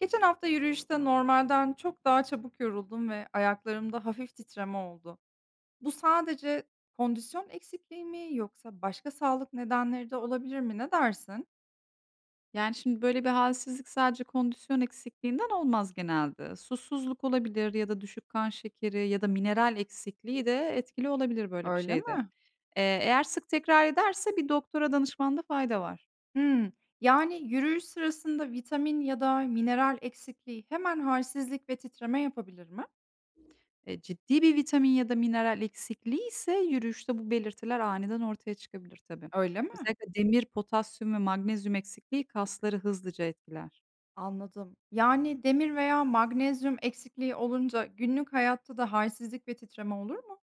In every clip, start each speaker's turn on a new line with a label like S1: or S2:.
S1: Geçen hafta yürüyüşte normalden çok daha çabuk yoruldum ve ayaklarımda hafif titreme oldu. Bu sadece kondisyon eksikliği mi yoksa başka sağlık nedenleri de olabilir mi? Ne dersin?
S2: Yani, şimdi, böyle, bir halsizlik sadece kondisyon eksikliğinden olmaz genelde. Susuzluk olabilir ya da düşük kan şekeri ya da mineral eksikliği de etkili olabilir böyle bir
S1: Öyle
S2: şeyde.
S1: mi?
S2: Eğer sık tekrar ederse bir doktora danışmanda fayda var.
S1: Hmm, yani yürüyüş sırasında vitamin ya da mineral eksikliği hemen halsizlik ve titreme yapabilir mi?
S2: Ciddi bir vitamin ya da mineral eksikliği ise yürüyüşte bu belirtiler aniden ortaya çıkabilir tabii.
S1: Öyle mi?
S2: Özellikle demir, potasyum ve magnezyum eksikliği kasları hızlıca etkiler.
S1: Anladım. Yani demir veya magnezyum eksikliği olunca günlük hayatta da halsizlik ve titreme olur mu?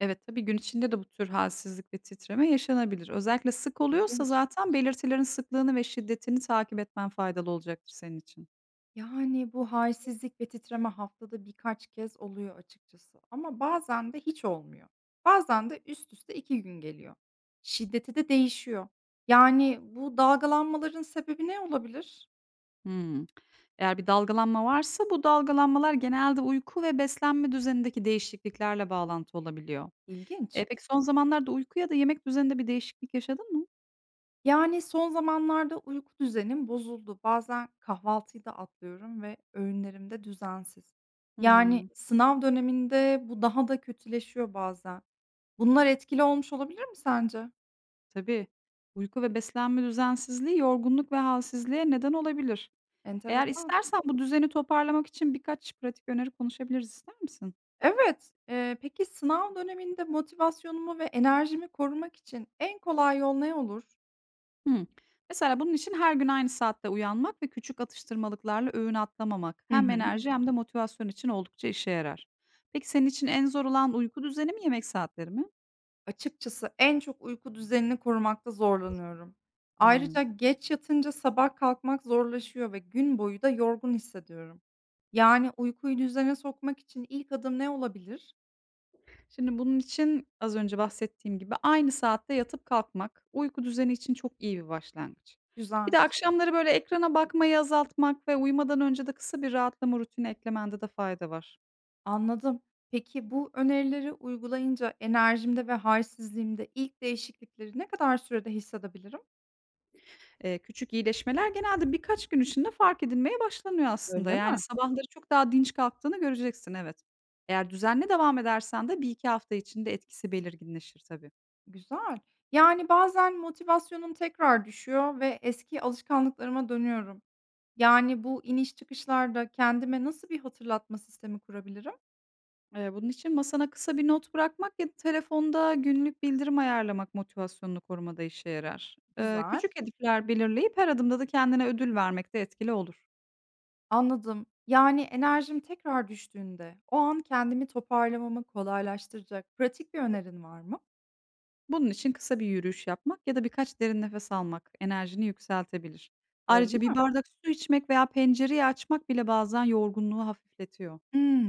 S2: Evet, tabii gün içinde de bu tür halsizlik ve titreme yaşanabilir. Özellikle sık oluyorsa
S1: İlginç.
S2: zaten belirtilerin sıklığını ve şiddetini takip etmen faydalı olacaktır senin için.
S1: Yani, bu hâlsizlik ve titreme haftada birkaç kez oluyor açıkçası ama bazen de hiç olmuyor. Bazen de üst üste 2 gün geliyor. Şiddeti de değişiyor. Yani, bu dalgalanmaların sebebi ne olabilir?
S2: Hmm. Eğer bir dalgalanma varsa bu dalgalanmalar genelde uyku ve beslenme düzenindeki değişikliklerle bağlantı olabiliyor.
S1: İlginç.
S2: Peki son zamanlarda uyku ya da yemek düzeninde bir değişiklik yaşadın mı?
S1: Yani, son zamanlarda uyku düzenim bozuldu. Bazen kahvaltıyı da atlıyorum ve öğünlerim de düzensiz. Yani,
S2: Hı.
S1: sınav döneminde bu daha da kötüleşiyor bazen. Bunlar etkili olmuş olabilir mi sence?
S2: Tabii. Uyku ve beslenme düzensizliği yorgunluk ve halsizliğe neden olabilir. Eğer
S1: Enteresan.
S2: istersen bu düzeni toparlamak için birkaç pratik öneri konuşabiliriz. İster misin?
S1: Evet. Peki sınav döneminde motivasyonumu ve enerjimi korumak için en kolay yol ne olur?
S2: Hımm. Mesela bunun için her gün aynı saatte uyanmak ve küçük atıştırmalıklarla öğün atlamamak
S1: Hı
S2: hem
S1: hı.
S2: enerji hem de motivasyon için oldukça işe yarar. Peki senin için en zor olan uyku düzeni mi, yemek saatleri mi?
S1: Açıkçası en çok uyku düzenini korumakta zorlanıyorum.
S2: Hımm.
S1: Ayrıca geç yatınca sabah kalkmak zorlaşıyor ve gün boyu da yorgun hissediyorum. Yani uykuyu düzene sokmak için ilk adım ne olabilir?
S2: Şimdi bunun için az önce bahsettiğim gibi aynı saatte yatıp kalkmak uyku düzeni için çok iyi bir başlangıç. Bir
S1: Güzel,
S2: de akşamları böyle ekrana bakmayı azaltmak ve uyumadan önce de kısa bir rahatlama rutini eklemende de fayda var.
S1: anladım. Peki bu önerileri uygulayınca enerjimde ve halsizliğimde ilk değişiklikleri ne kadar sürede hissedebilirim?
S2: Küçük iyileşmeler genelde birkaç gün içinde fark edilmeye başlanıyor aslında.
S1: Öyle
S2: Yani
S1: mi?
S2: sabahları çok daha dinç kalktığını göreceksin, evet. Eğer düzenli devam edersen de bir iki hafta içinde etkisi belirginleşir tabii.
S1: Güzel. Yani bazen motivasyonum tekrar düşüyor ve eski alışkanlıklarıma dönüyorum. Yani bu iniş çıkışlarda kendime nasıl bir hatırlatma sistemi kurabilirim?
S2: Bunun için masana kısa bir not bırakmak ya da telefonda günlük bildirim ayarlamak motivasyonunu korumada işe yarar.
S1: Güzel.
S2: Küçük hedefler belirleyip her adımda da kendine ödül vermek de etkili olur.
S1: Anladım. Yani enerjim tekrar düştüğünde o an kendimi toparlamamı kolaylaştıracak pratik bir önerin var mı?
S2: Bunun için kısa bir yürüyüş yapmak ya da birkaç derin nefes almak enerjini yükseltebilir.
S1: Öyle
S2: Ayrıca bir
S1: mi?
S2: bardak su içmek veya pencereyi açmak bile bazen yorgunluğu hafifletiyor.
S1: Hmm.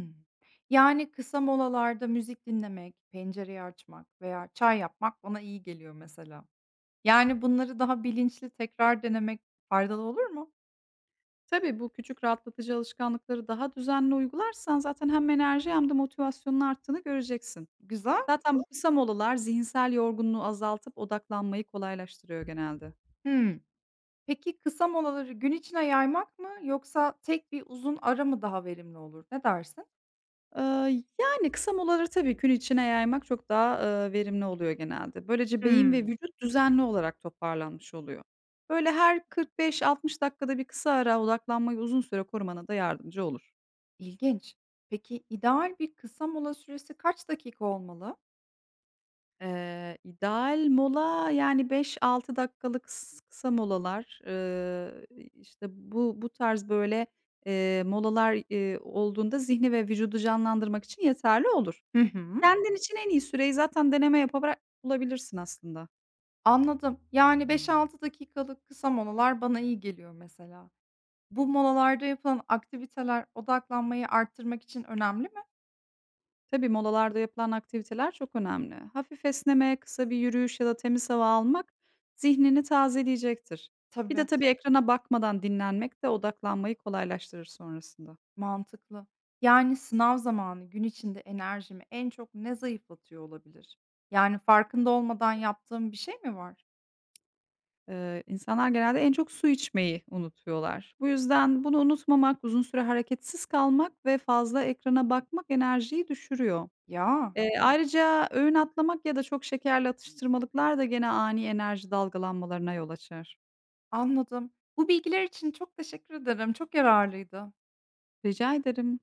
S1: Yani kısa molalarda müzik dinlemek, pencereyi açmak veya çay yapmak bana iyi geliyor mesela. Yani bunları daha bilinçli tekrar denemek faydalı olur mu?
S2: Tabii bu küçük rahatlatıcı alışkanlıkları daha düzenli uygularsan zaten hem enerji hem de motivasyonun arttığını göreceksin.
S1: Güzel.
S2: Zaten bu kısa molalar zihinsel yorgunluğu azaltıp odaklanmayı kolaylaştırıyor genelde.
S1: Hımm. Peki kısa molaları gün içine yaymak mı yoksa tek bir uzun ara mı daha verimli olur? Ne dersin?
S2: Eee, Yani, kısa molaları tabii gün içine yaymak çok daha, verimli oluyor genelde. Böylece beyin ve
S1: Hımm.
S2: vücut düzenli olarak toparlanmış oluyor. Böyle, her 45-60 dakikada bir kısa ara odaklanmayı uzun süre korumana da yardımcı olur.
S1: İlginç. Peki ideal bir kısa mola süresi kaç dakika olmalı?
S2: İdeal mola, yani, 5-6 dakikalık kısa molalar, işte, bu tarz, böyle, molalar, olduğunda zihni ve vücudu canlandırmak için yeterli olur.
S1: Hı hı.
S2: Kendin için en iyi süreyi zaten deneme yaparak bulabilirsin aslında.
S1: Anladım. Yani 5-6 dakikalık kısa molalar bana iyi geliyor mesela. Bu molalarda yapılan aktiviteler odaklanmayı arttırmak için önemli mi?
S2: Tabii molalarda yapılan aktiviteler çok önemli. Hafif esneme, kısa bir yürüyüş ya da temiz hava almak zihnini tazeleyecektir. Bir de
S1: Tabii.
S2: tabii ekrana bakmadan dinlenmek de odaklanmayı kolaylaştırır sonrasında.
S1: Mantıklı. Yani sınav zamanı gün içinde enerjimi en çok ne zayıflatıyor olabilir? Yani farkında olmadan yaptığım bir şey mi var?
S2: İnsanlar genelde en çok su içmeyi unutuyorlar. Bu yüzden bunu unutmamak, uzun süre hareketsiz kalmak ve fazla ekrana bakmak enerjiyi düşürüyor.
S1: Ya,
S2: Ayrıca öğün atlamak ya da çok şekerli atıştırmalıklar da gene ani enerji dalgalanmalarına yol açar.
S1: anladım. Bu bilgiler için çok teşekkür ederim. Çok yararlıydı.
S2: Rica ederim.